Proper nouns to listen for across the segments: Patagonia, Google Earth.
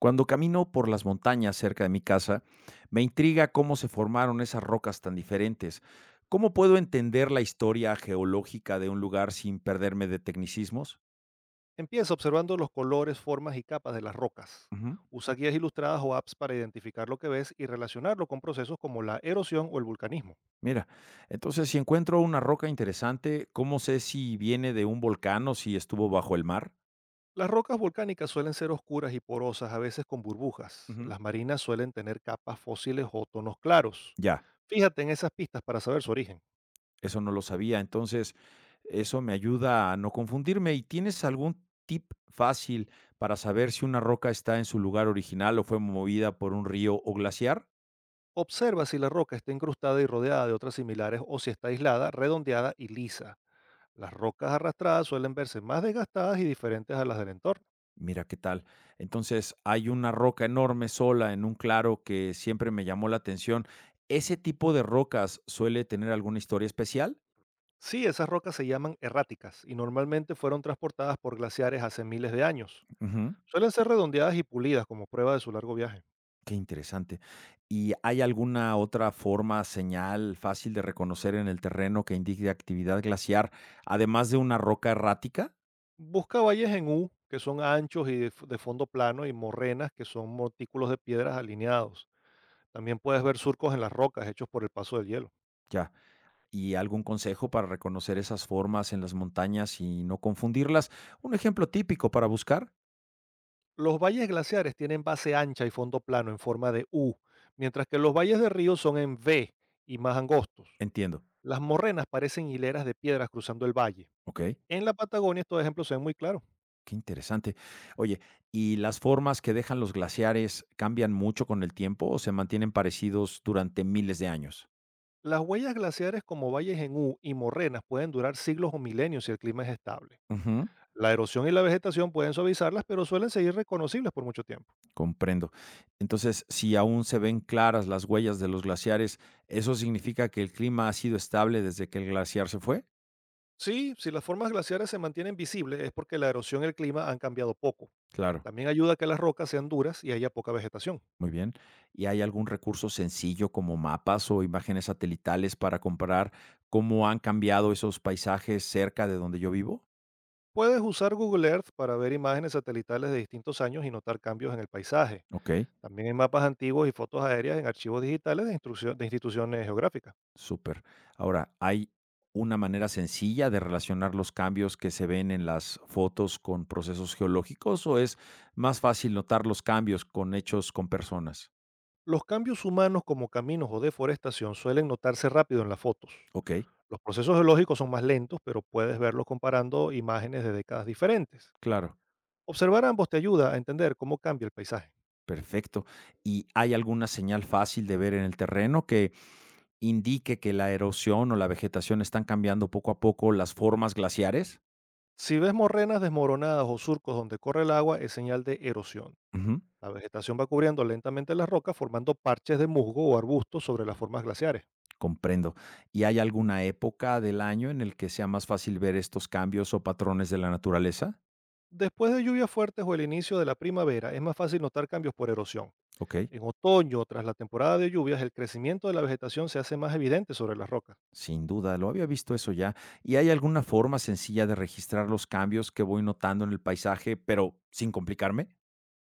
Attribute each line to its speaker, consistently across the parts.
Speaker 1: Cuando camino por las montañas cerca de mi casa, me intriga cómo se formaron esas rocas tan diferentes. ¿Cómo puedo entender la historia geológica de un lugar sin perderme de tecnicismos?
Speaker 2: Empieza observando los colores, formas y capas de las rocas.
Speaker 1: Ujú.
Speaker 2: Usa guías ilustradas o apps para identificar lo que ves y relacionarlo con procesos como la erosión o el vulcanismo.
Speaker 1: Mira, entonces si encuentro una roca interesante, ¿cómo sé si viene de un volcán o si estuvo bajo el mar?
Speaker 2: Las rocas volcánicas suelen ser oscuras y porosas, a veces con burbujas.
Speaker 1: Ujú.
Speaker 2: Las marinas suelen tener capas fósiles o tonos claros.
Speaker 1: Ya.
Speaker 2: Fíjate en esas pistas para saber su origen.
Speaker 1: Eso no lo sabía. Entonces, eso me ayuda a no confundirme. ¿Y tienes algún tip fácil para saber si una roca está en su lugar original o fue movida por un río o glaciar?
Speaker 2: Observa si la roca está incrustada y rodeada de otras similares o si está aislada, redondeada y lisa. Las rocas arrastradas suelen verse más desgastadas y diferentes a las del entorno.
Speaker 1: Mira qué tal. Entonces, hay una roca enorme sola en un claro que siempre me llamó la atención. ¿Ese tipo de rocas suele tener alguna historia especial?
Speaker 2: Sí, esas rocas se llaman erráticas y normalmente fueron transportadas por glaciares hace miles de años.
Speaker 1: Ujú.
Speaker 2: Suelen ser redondeadas y pulidas como prueba de su largo viaje.
Speaker 1: Qué interesante. ¿Y hay alguna otra forma, señal fácil de reconocer en el terreno que indique actividad glaciar, además de una roca errática?
Speaker 2: Busca valles en U, que son anchos y de fondo plano, y morrenas, que son montículos de piedras alineados. También puedes ver surcos en las rocas hechos por el paso del hielo.
Speaker 1: Ya. ¿Y algún consejo para reconocer esas formas en las montañas y no confundirlas? Un ejemplo típico para buscar.
Speaker 2: Los valles glaciares tienen base ancha y fondo plano en forma de U, mientras que los valles de río son en V y más angostos.
Speaker 1: Entiendo.
Speaker 2: Las morrenas parecen hileras de piedras cruzando el valle.
Speaker 1: Ok.
Speaker 2: En la Patagonia estos ejemplos se ven muy claros.
Speaker 1: Qué interesante. Oye, ¿y las formas que dejan los glaciares cambian mucho con el tiempo o se mantienen parecidos durante miles de años?
Speaker 2: Las huellas glaciares como valles en U y morrenas pueden durar siglos o milenios si el clima es estable.
Speaker 1: Ujú.
Speaker 2: La erosión y la vegetación pueden suavizarlas, pero suelen seguir reconocibles por mucho tiempo.
Speaker 1: Comprendo. Entonces, si aún se ven claras las huellas de los glaciares, ¿eso significa que el clima ha sido estable desde que el glaciar se fue?
Speaker 2: Sí, si las formas glaciares se mantienen visibles es porque la erosión y el clima han cambiado poco.
Speaker 1: Claro,
Speaker 2: También ayuda a que las rocas sean duras y haya poca vegetación.
Speaker 1: muy bien. ¿Y hay algún recurso sencillo como mapas o imágenes satelitales para comparar cómo han cambiado esos paisajes cerca de donde yo vivo?
Speaker 2: Puedes usar Google Earth para ver imágenes satelitales de distintos años y notar cambios en el paisaje.
Speaker 1: Ok,
Speaker 2: También hay mapas antiguos y fotos aéreas en archivos digitales de de instituciones geográficas.
Speaker 1: súper. Ahora, ¿hay una manera sencilla de relacionar los cambios que se ven en las fotos con procesos geológicos o es más fácil notar los cambios con hechos con personas?
Speaker 2: Los cambios humanos como caminos o deforestación suelen notarse rápido en las fotos.
Speaker 1: Ok,
Speaker 2: Los procesos geológicos son más lentos, pero puedes verlos comparando imágenes de décadas diferentes.
Speaker 1: claro,
Speaker 2: Observar ambos te ayuda a entender cómo cambia el paisaje.
Speaker 1: perfecto. ¿Y hay alguna señal fácil de ver en el terreno que indique que la erosión o la vegetación están cambiando poco a poco las formas glaciares?
Speaker 2: Si ves morrenas desmoronadas o surcos donde corre el agua, es señal de erosión.
Speaker 1: Ujú,
Speaker 2: La vegetación va cubriendo lentamente las rocas formando parches de musgo o arbustos sobre las formas glaciares.
Speaker 1: comprendo. ¿Y hay alguna época del año en el que sea más fácil ver estos cambios o patrones de la naturaleza?
Speaker 2: Después de lluvias fuertes o el inicio de la primavera, es más fácil notar cambios por erosión.
Speaker 1: Ok,
Speaker 2: En otoño, tras la temporada de lluvias, el crecimiento de la vegetación se hace más evidente sobre las rocas.
Speaker 1: sin duda, lo había visto eso ya. ¿Y hay alguna forma sencilla de registrar los cambios que voy notando en el paisaje, pero sin complicarme?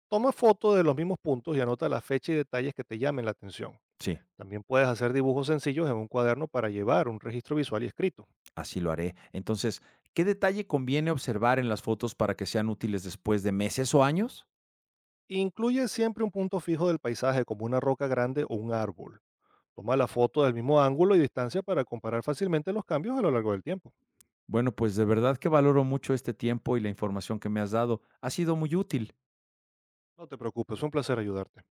Speaker 2: Toma fotos de los mismos puntos y anota la fecha y detalles que te llamen la atención.
Speaker 1: Sí.
Speaker 2: También puedes hacer dibujos sencillos en un cuaderno para llevar un registro visual y escrito.
Speaker 1: Así lo haré. Entonces, ¿qué detalle conviene observar en las fotos para que sean útiles después de meses o años?
Speaker 2: Incluye siempre un punto fijo del paisaje como una roca grande o un árbol. Toma la foto del mismo ángulo y distancia para comparar fácilmente los cambios a lo largo del tiempo.
Speaker 1: Bueno, pues de verdad que valoro mucho este tiempo y la información que me has dado. Ha sido muy útil.
Speaker 2: No te preocupes, es un placer ayudarte.